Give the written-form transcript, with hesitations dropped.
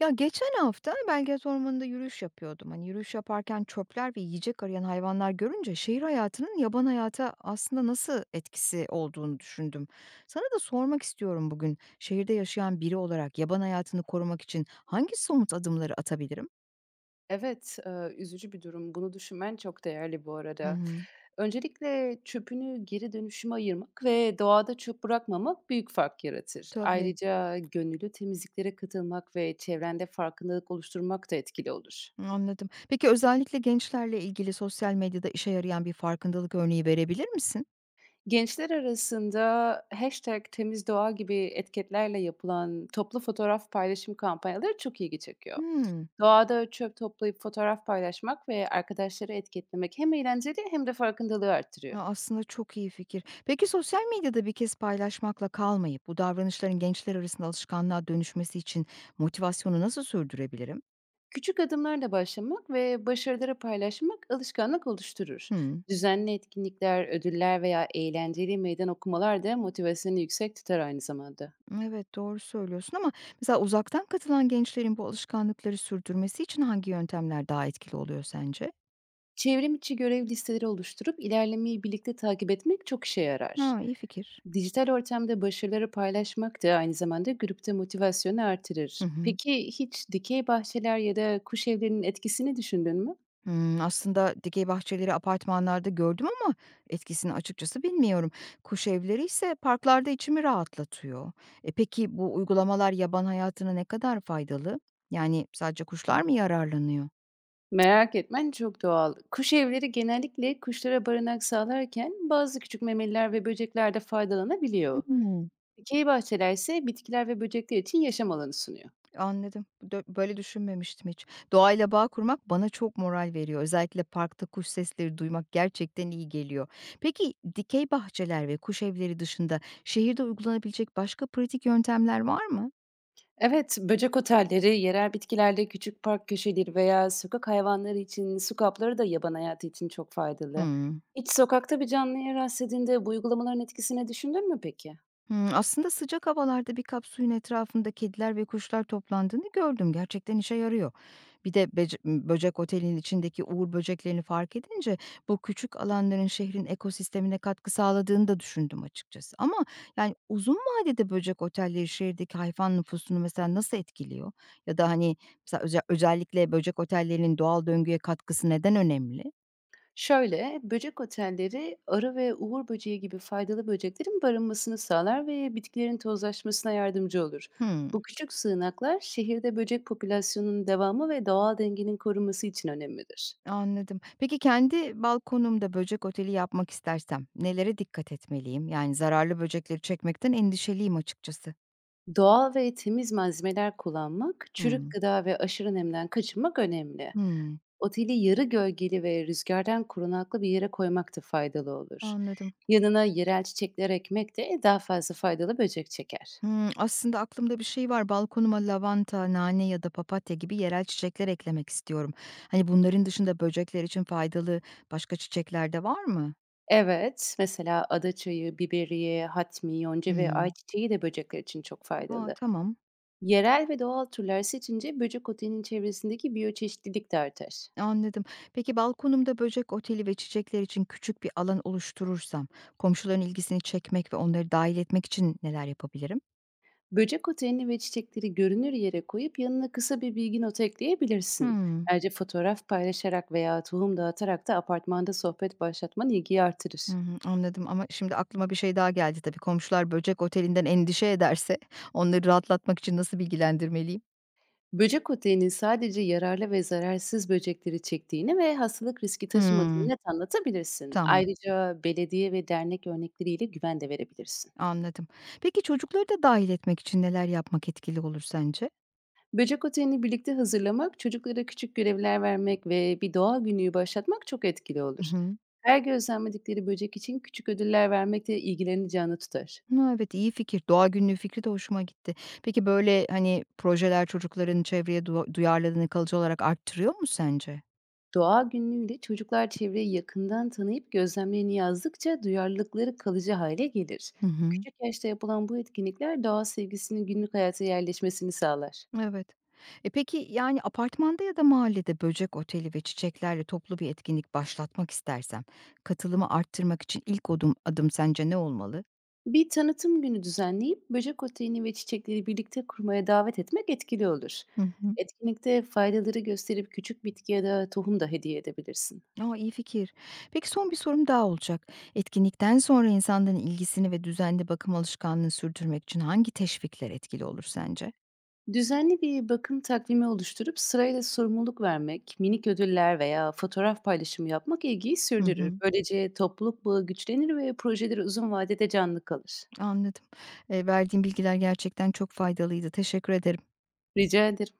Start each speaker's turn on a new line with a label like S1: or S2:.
S1: Ya geçen hafta Belgrad Ormanı'nda yürüyüş yapıyordum. Hani yürüyüş yaparken çöpler ve yiyecek arayan hayvanlar görünce şehir hayatının yaban hayata aslında nasıl etkisi olduğunu düşündüm. Sana da sormak istiyorum bugün. Şehirde yaşayan biri olarak yaban hayatını korumak için hangi somut adımları atabilirim?
S2: Evet, üzücü bir durum. Bunu düşünmen çok değerli bu
S1: Hı
S2: arada.
S1: hı.
S2: Öncelikle çöpünü geri dönüşüme ayırmak ve doğada çöp bırakmamak büyük fark yaratır.
S1: Tabii.
S2: Ayrıca gönüllü temizliklere katılmak ve çevrende farkındalık oluşturmak da etkili olur.
S1: Anladım. Peki özellikle gençlerle ilgili sosyal medyada işe yarayan bir farkındalık örneği verebilir misin?
S2: Gençler arasında hashtag temiz doğa gibi etiketlerle yapılan toplu fotoğraf paylaşım kampanyaları çok ilgi çekiyor.
S1: Hmm.
S2: Doğada çöp toplayıp fotoğraf paylaşmak ve arkadaşları etiketlemek hem eğlenceli hem de farkındalığı arttırıyor.
S1: A, aslında çok iyi fikir. Peki sosyal medyada bir kez paylaşmakla kalmayıp bu davranışların gençler arasında alışkanlığa dönüşmesi için motivasyonu nasıl sürdürebilirim?
S2: Küçük adımlarla başlamak ve başarıları paylaşmak alışkanlık oluşturur.
S1: Hımm.
S2: Düzenli etkinlikler, ödüller veya eğlenceli meydan okumalar da motivasyonu yüksek tutar aynı zamanda.
S1: Evet, doğru söylüyorsun ama mesela uzaktan katılan gençlerin bu alışkanlıkları sürdürmesi için hangi yöntemler daha etkili oluyor sence?
S2: Çevrim içi görev listeleri oluşturup ilerlemeyi birlikte takip etmek çok işe yarar.
S1: Ha, iyi fikir.
S2: Dijital ortamda başarıları paylaşmak da aynı zamanda grupta motivasyonu
S1: Hı
S2: artırır.
S1: hı.
S2: Peki hiç dikey bahçeler ya da kuş evlerinin etkisini düşündün mü?
S1: Hımm, aslında dikey bahçeleri apartmanlarda gördüm ama etkisini açıkçası bilmiyorum. Kuş evleri ise parklarda içimi rahatlatıyor. E, peki bu uygulamalar yaban hayatına ne kadar faydalı? Yani sadece kuşlar mı yararlanıyor?
S2: Merak etmen çok doğal. Kuş evleri genellikle kuşlara barınak sağlarken bazı küçük memeliler ve böcekler de faydalanabiliyor.
S1: Hımm,
S2: Dikey bahçeler ise bitkiler ve böcekler için yaşam alanı sunuyor.
S1: anladım. Böyle düşünmemiştim hiç. Doğayla bağ kurmak bana çok moral veriyor. Özellikle parkta kuş sesleri duymak gerçekten iyi geliyor. Peki dikey bahçeler ve kuş evleri dışında şehirde uygulanabilecek başka pratik yöntemler var mı?
S2: Evet, böcek otelleri, yerel bitkilerde küçük park köşeleri veya sokak hayvanları için su kapları da yaban hayatı için çok faydalı.
S1: Hımm.
S2: Hiç sokakta bir canlıya rastladığında bu uygulamaların etkisini düşündün mü peki?
S1: Hımm, aslında sıcak havalarda bir kap suyun etrafında kediler ve kuşlar toplandığını gördüm. Gerçekten işe yarıyor. Bir de böcek otelinin içindeki uğur böceklerini fark edince bu küçük alanların şehrin ekosistemine katkı sağladığını da düşündüm açıkçası. Ama yani uzun vadede böcek otelleri şehirdeki hayvan nüfusunu mesela nasıl etkiliyor? Ya da hani mesela özellikle böcek otellerinin doğal döngüye katkısı neden önemli?
S2: Şöyle, böcek otelleri arı ve uğur böceği gibi faydalı böceklerin barınmasını sağlar ve bitkilerin tozlaşmasına yardımcı olur.
S1: Hımm.
S2: Bu küçük sığınaklar şehirde böcek popülasyonunun devamı ve doğal dengenin korunması için önemlidir.
S1: Anladım. Peki kendi balkonumda böcek oteli yapmak istersem nelere dikkat etmeliyim? Yani zararlı böcekleri çekmekten endişeliyim açıkçası.
S2: Doğal ve temiz malzemeler kullanmak, çürük
S1: Hmm.
S2: gıda ve aşırı nemden kaçınmak önemli.
S1: Hmm,
S2: Oteli yarı gölgeli ve rüzgardan korunaklı bir yere koymak da faydalı olur.
S1: anladım.
S2: Yanına yerel çiçekler ekmek de daha fazla faydalı böcek çeker.
S1: Hmm, aslında aklımda bir şey var. Balkonuma lavanta, nane ya da papatya gibi yerel çiçekler eklemek istiyorum. Hani bunların dışında böcekler için faydalı başka çiçekler de var mı?
S2: Evet, mesela adaçayı, biberiye, hatmi, yonca ve
S1: Hmm.
S2: ayçiçeği de böcekler için çok
S1: Aa,
S2: faydalı.
S1: tamam.
S2: Yerel ve doğal türler seçince böcek otinin çevresindeki biyoçeşitlilik de artar.
S1: Anladım. Peki balkonumda böcek oteli ve çiçekler için küçük bir alan oluşturursam, komşuların ilgisini çekmek ve onları dahil etmek için neler yapabilirim?
S2: Böcek otelini ve çiçekleri görünür yere koyup yanına kısa bir bilgi notu ekleyebilirsin.
S1: Hmm.
S2: Ayrıca fotoğraf paylaşarak veya tohum dağıtarak da apartmanda sohbet başlatman ilgiyi artırır.
S1: Hı hı, anladım ama şimdi aklıma bir şey daha geldi tabii. Komşular böcek otelinden endişe ederse onları rahatlatmak için nasıl bilgilendirmeliyim?
S2: Böcek oteyinin sadece yararlı ve zararsız böcekleri çektiğini ve hastalık riski
S1: Hmm,
S2: taşımadığını net anlatabilirsin.
S1: tamam,
S2: Ayrıca belediye ve dernek örnekleriyle güven de verebilirsin.
S1: anladım. Peki çocukları da dahil etmek için neler yapmak etkili olur sence?
S2: Böcek oteyini birlikte hazırlamak, çocuklara küçük görevler vermek ve bir doğa günlüğü başlatmak çok etkili olur. Her gözlemledikleri böcek için küçük ödüller vermek de ilgileneceğini tutar.
S1: Ha, evet, iyi fikir. Doğa günlüğü fikri de hoşuma gitti. Peki, böyle, hani, projeler çocukların çevreye duyarlılığını kalıcı olarak arttırıyor mu sence?
S2: Doğa günlüğüyle çocuklar çevreyi yakından tanıyıp gözlemlerini yazdıkça duyarlılıkları kalıcı hale gelir.
S1: Hı hı.
S2: Küçük yaşta yapılan bu etkinlikler doğa sevgisinin günlük hayata yerleşmesini sağlar.
S1: Evet. E, peki, yani, apartmanda ya da mahallede böcek oteli ve çiçeklerle toplu bir etkinlik başlatmak istersem katılımı arttırmak için ilk adım sence ne olmalı?
S2: Bir tanıtım günü düzenleyip böcek oteyini ve çiçekleri birlikte kurmaya davet etmek etkili olur.
S1: Hı hı.
S2: Etkinlikte faydaları gösterip küçük bitki ya da tohum da hediye edebilirsin.
S1: A, iyi fikir. Peki, son bir sorum daha olacak. Etkinlikten sonra insanların ilgisini ve düzenli bakım alışkanlığını sürdürmek için hangi teşvikler etkili olur sence?
S2: Düzenli bir bakım takvimi oluşturup sırayla sorumluluk vermek, minik ödüller veya fotoğraf paylaşımı yapmak ilgiyi
S1: Hı
S2: sürdürür.
S1: hı.
S2: Böylece topluluk bağı güçlenir ve projeleri uzun vadede canlı kalır.
S1: Anladım. Verdiğin bilgiler gerçekten çok faydalıydı. Teşekkür ederim.
S2: Rica ederim.